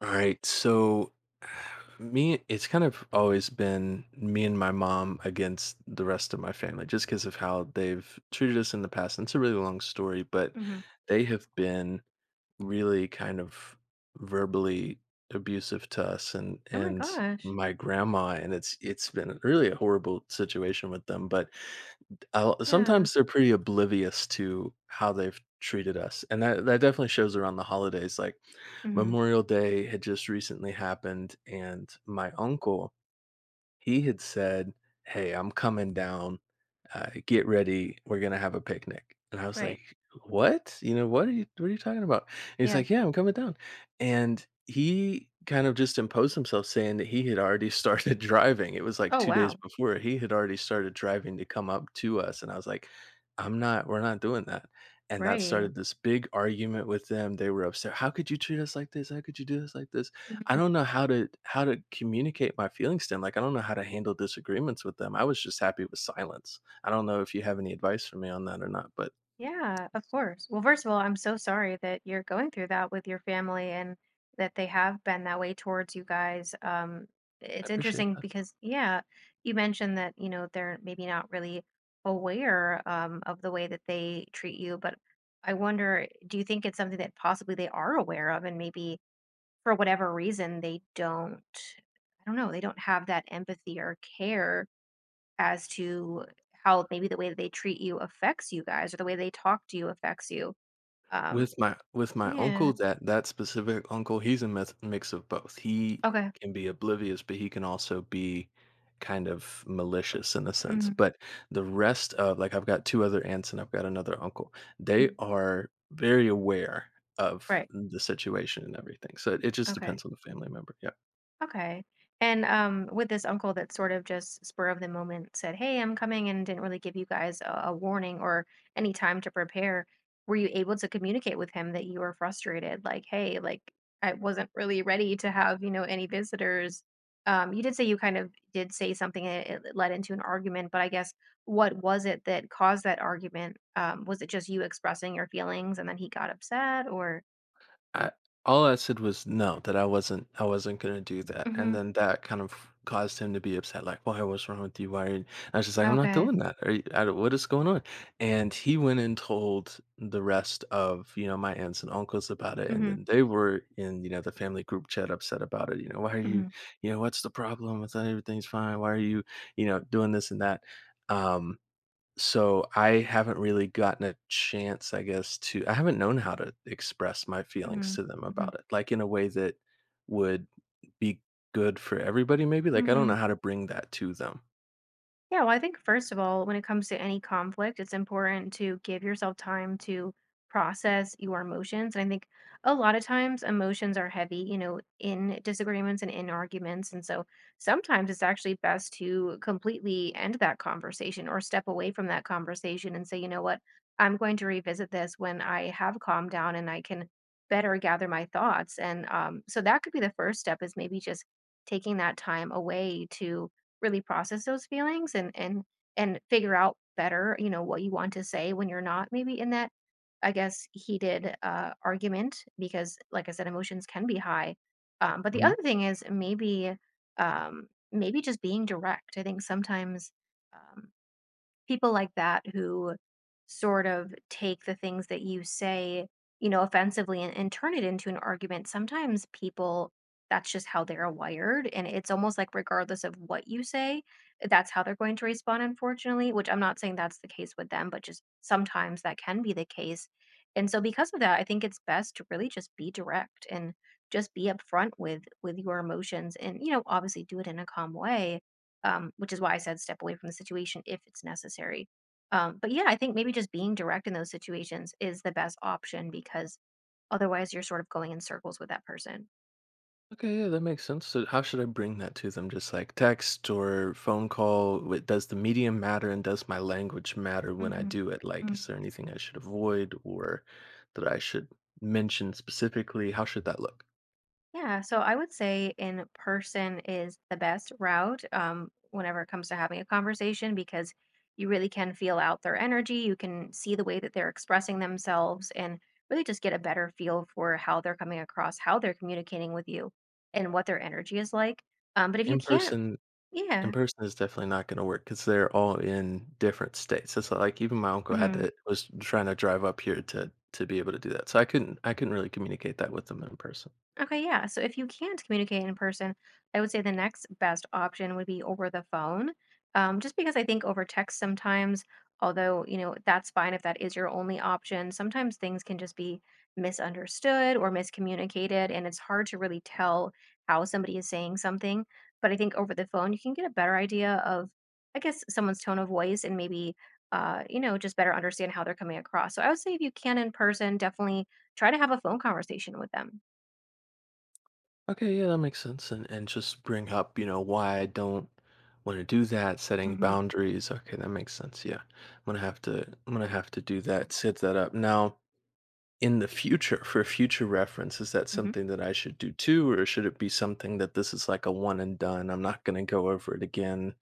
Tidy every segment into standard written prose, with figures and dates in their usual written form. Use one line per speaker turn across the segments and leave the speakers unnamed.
All right. So me it's kind of always been me and my mom against the rest of my family just because of how they've treated us in the past. And it's a really long story, but
Mhm.
they have been really kind of verbally abusive to us and
Oh my
and
gosh.
my grandma, and it's been really a horrible situation with them. But
Yeah.
sometimes they're pretty oblivious to how they've treated us, and that definitely shows around the holidays. Like,
Mhm.
Memorial Day had just recently happened, and my uncle, he had said, "Hey, I'm coming down. Get ready, we're gonna have a picnic." And I was
Right.
like, "What? You know, what are you talking about?" And he's
Yeah.
like, "Yeah, I'm coming down." And he kind of just imposed himself, saying that he had already started driving. It was like
Oh
2 days
wow.
before. He had already started driving to come up to us, and I was like, "I'm not we're not doing that." And that
Right.
started this big argument with them. They were upset. "How could you treat us like this? How could you do us like this?" I
Mhm.
don't know how to communicate my feelings to them. Like, I don't know how to handle disagreements with them. I was just happy with silence. I don't know if you have any advice for me on that or not, but
Yeah, of course. Well, first of all, I'm so sorry that you're going through that with your family and that they have been that way towards you guys.
I
It's
appreciate
interesting
that.
because, yeah, you mentioned that, you know, they're maybe not really aware of the way that they treat you, but I wonder, do you think it's something that possibly they are aware of and maybe for whatever reason they don't, I don't know, they don't have that empathy or care as to how maybe the way that they treat you affects you guys or the way they talk to you affects you um
With my
yeah.
uncle, that specific uncle, he's a meth mix of both. He
Okay.
can be oblivious, but he can also be kind of malicious in a sense.
Hmm.
But the rest, of like, I've got 2 other aunts and I've got another uncle. They are very aware of
Right.
the situation and everything. So it just
Okay.
depends on the family member. Yeah.
Okay. And with this uncle that sort of just spur of the moment said, "Hey, I'm coming," and didn't really give you guys a warning or any time to prepare, were you able to communicate with him that you were frustrated? Like, "Hey, like I wasn't really ready to have you know any visitors." You did say you kind of did say something and it led into an argument, but I guess what was it that caused that argument? Was it just you expressing your feelings and then he got upset, or?
I, all I said was no, that I wasn't gonna do that, and
Hmm.
then that kind of caused him to be upset. Like, "Why? What's wrong with you? Why? Are you-" I was just like, "I'm not
Okay.
doing that. Are you, I, don't- what is going on?" And he went and told the rest of, you know, my aunts and uncles about it, and
Hmm.
then they were in, you know, the family group chat upset about it. You know, "Why are you?
Hmm.
You know, what's the problem? I thought everything's fine. Why are you? You know, doing this and that." Um, so I haven't really gotten a chance, I guess, to, I haven't known how to express my feelings
Hmm.
to them
Hmm.
about it, like, in a way that would be good for everybody maybe. Like, I don't know
Hmm.
how to bring that to them.
Yeah, well, I think first of all, when it comes to any conflict, it's important to give yourself time to process your emotions. And I think a lot of times emotions are heavy, you know, in disagreements and in arguments. And so sometimes it's actually best to completely end that conversation or step away from that conversation and say, you know what, I'm going to revisit this when I have calmed down and I can better gather my thoughts. And So that could be the first step is maybe just taking that time away to really process those feelings and and figure out better, you know, what you want to say when you're not maybe in that, I guess, heated argument because, like I said, emotions can be high. But the other
Mhm.
thing is maybe just being direct. I think sometimes. Um, People like that who sort of take the things that you say, you know, offensively and turn it into an argument. Sometimes people, that's just how they're wired. And it's almost like, regardless of what you say, that's how they're going to respond, unfortunately, which I'm not saying that's the case with them, but just sometimes that can be the case. And so, because of that, I think it's best to really just be direct and just be upfront with your emotions and you know obviously do it in a calm way, which is why I said step away from the situation if it's necessary. But yeah, I think maybe just being direct in those situations is the best option because otherwise you're sort of going in circles with that person.
Okay, yeah, that makes sense. So how should I bring that to them? Just, like, text or phone call? Wi does the medium matter, and does my language matter when I
Hmm.
do it? Like, is there anything I should avoid or that I should mention specifically? How should that look?
Yeah, so I would say in person is the best route whenever it comes to having a conversation because you really can feel out their energy. You can see the way that they're expressing themselves and really just get a better feel for how they're coming across, how they're communicating with you, and what their energy is like. But if you
In
can't,
person? In
yeah.
person is definitely not gonna work, because 'cause they're all in different states. It's like even my uncle had
Mhm.
to, was trying to drive up here to be able to do that. So I couldn't really communicate that with them in person.
Okay, yeah. So if you can't communicate in person, I would say the next best option would be over the phone. Just because I think over text sometimes, although, you know, that's fine if that is your only option, sometimes things can just be misunderstood or miscommunicated, and it's hard to really tell how somebody is saying something. But I think over the phone, you can get a better idea of, I guess, someone's tone of voice and maybe, you know, just better understand how they're coming across. So I would say if you can in person, definitely try to have a phone conversation with them.
Okay, yeah, that makes sense, and just bring up, you know, why I don't wanna do that, setting
Hmm.
boundaries. Okay, that makes sense, yeah. I'm gonna have to I'm gonna have to do that, set that up. Now, in the future, for future reference, is that
Hmm.
something that I should do too, or should it be something that, this is like a one and done? I'm not gonna go over it again,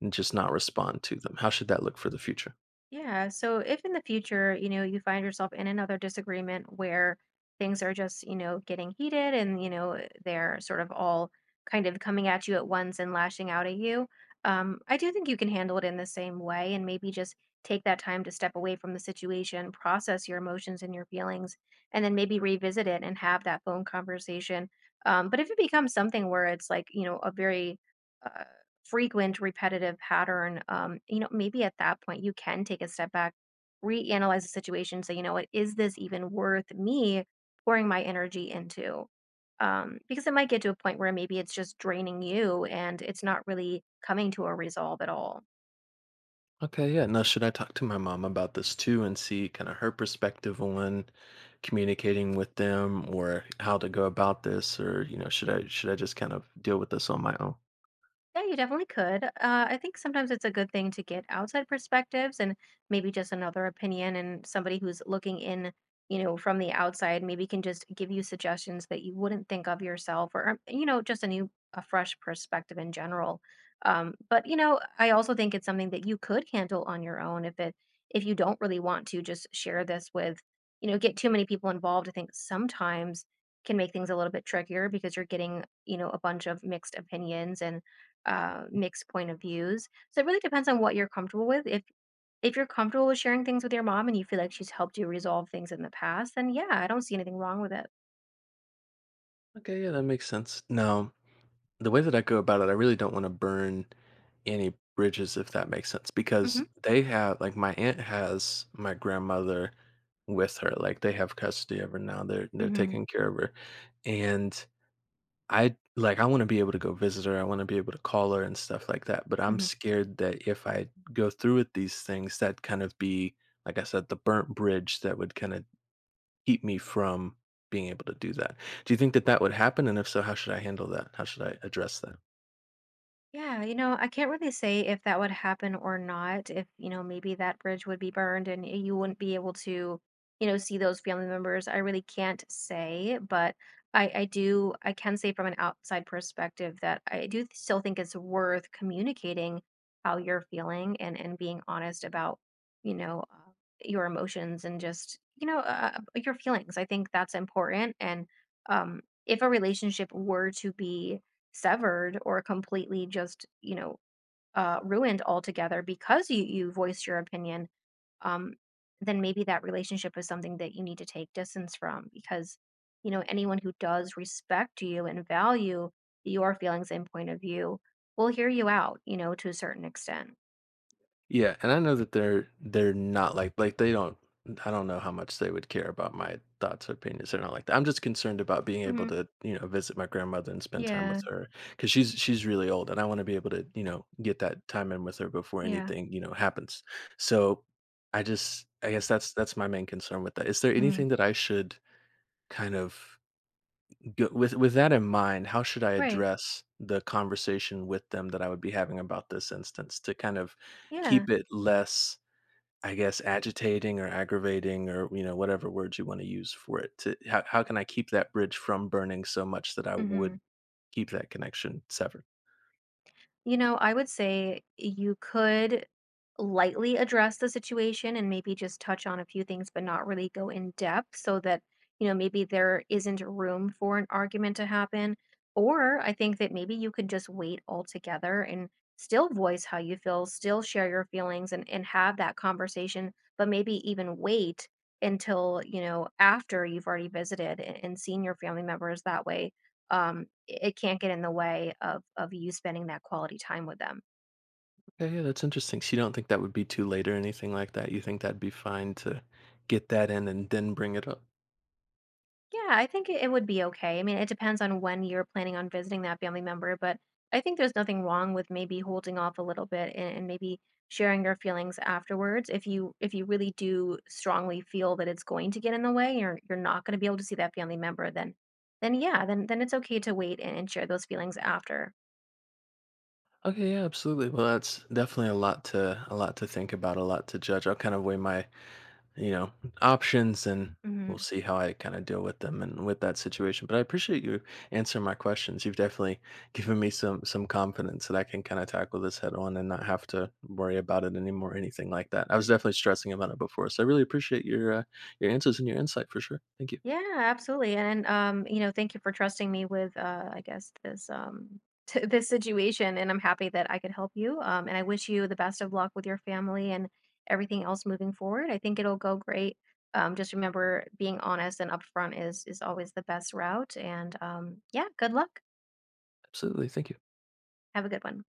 and just not respond to them? How should that look for the future?
Yeah. So if in the future, you know, you find yourself in another disagreement where things are just, you know, getting heated and, you know, eh, they're sort of all kind of coming at you at once and lashing out at you, I do think you can handle it in the same way and maybe just take that time to step away from the situation, process your emotions and your feelings, and then maybe revisit it and have that phone conversation. But if it becomes something where it's like, you know, a very, uh, frequent repetitive pattern, you know, maybe at that point you can take a step back, reanalyze the situation, say, you know what, is this even worth me pouring my energy into? Because it might get to a point where maybe it's just draining you and it's not really coming to a resolve at all.
Okay, yeah. Now, should I talk to my mom about this too and see kind of her perspective on communicating with them or how to go about this, or, you know, should I just kind of deal with this on my own?
Yeah, you definitely could. I think sometimes it's a good thing to get outside perspectives and maybe just another opinion and somebody who's looking in, you know, from the outside maybe can just give you suggestions that you wouldn't think of yourself or, you know, just a new, a fresh perspective in general. But, you know, I also think it's something that you could handle on your own if it, if you don't really want to just share this with, you know, get too many people involved. I think sometimes can make things a little bit trickier because you're getting, you know, a bunch of mixed opinions and mixed point of views. So it really depends on what you're comfortable with. If you're comfortable with sharing things with your mom and you feel like she's helped you resolve things in the past, then yeah, I don't see anything wrong with it.
Okay, yeah, that makes sense. Now, the way that I go about it, I really don't wanna burn any bridges, if that makes sense, because
Hmm.
they have, like, my aunt has my grandmother with her, like, they have custody of her now, they're
Hmm.
taking care of her, and, I like, I wanna be able to go visit her, I wanna be able to call her and stuff like that, but I'm
Hmm.
scared that if I go through with these things, that kind of be, like I said, the burnt bridge that would kinda keep me from being able to do that. Do you think that that would happen, and if so, how should I handle that? How should I address that?
Yeah, you know, I can't really say if that would happen or not, if, you know, maybe that bridge would be burned and you wouldn't be able to, you know, see those family members. I really can't say, but I can say from an outside perspective that I do still think it's worth communicating how you're feeling and being honest about, you know, your emotions and just, you know, your feelings. I think that's important. And if a relationship were to be severed or completely just you know ruined altogether because you voiced your opinion um then maybe that relationship is something that you need to take distance from because you know anyone who does respect you and value your feelings and point of view will hear you out you know to a certain extent.
Yeah, and I know that they're not like, like they don't, I don't know how much they would care about my thoughts or opinions. They're not like that. I'm just concerned about being able
Hmm.
to, you know, visit my grandmother and spend time with
Yeah.
her, because she's really old, and I want to be able to, you know, get that time in with her before
Yeah.
anything, you know, happens. So I just, I guess that's my main concern with that. Is there
Mm.
anything that I should kind of go, with that in mind? How should I
Right.
address the conversation with them that I would be having about this instance to kind of
Yeah.
keep it less, I guess, agitating or aggravating, or, you know, whatever words you wanna use for it, to how can I keep that bridge from burning so much that I
Hmm.
would keep that connection severed?
You know, I would say you could lightly address the situation and maybe just touch on a few things, but not really go in depth so that, you know, maybe there isn't room for an argument to happen. Or I think that maybe you could just wait altogether and still voice how you feel, still share your feelings and have that conversation, but maybe even wait until, you know, after you've already visited and seen your family members that way, it it can't get in the way of you spending that quality time with them.
Okay, yeah, that's interesting. So you don't think that would be too late or anything like that? You think that'd be fine to get that in and then bring it up?
Yeah, I think it would be okay. I mean, it depends on when you're planning on visiting that family member, but I think there's nothing wrong with maybe holding off a little bit and maybe sharing your feelings afterwards if you really do strongly feel that it's going to get in the way you're not going to be able to see that family member then yeah then it's okay to wait and share those feelings after.
Okay, yeah, absolutely. Well, that's definitely a lot to think about, a lot to judge. I'll kind of weigh my, you know, options, and we'll
Hmm.
see how I kind of deal with them and with that situation. But I appreciate you answering my questions. You've definitely given me some confidence that I can kind of tackle this head on and not have to worry about it anymore or anything like that. I was definitely stressing about it before. So I really appreciate your answers and your insight for sure. Thank you.
Yeah, absolutely. And, you know, thank you for trusting me with, I guess this, this situation. And I'm happy that I could help you. And I wish you the best of luck with your family and everything else moving forward. I think it'll go great. Just remember being honest and upfront is always the best route. And yeah, good luck.
Absolutely. Thank you.
Have a good one.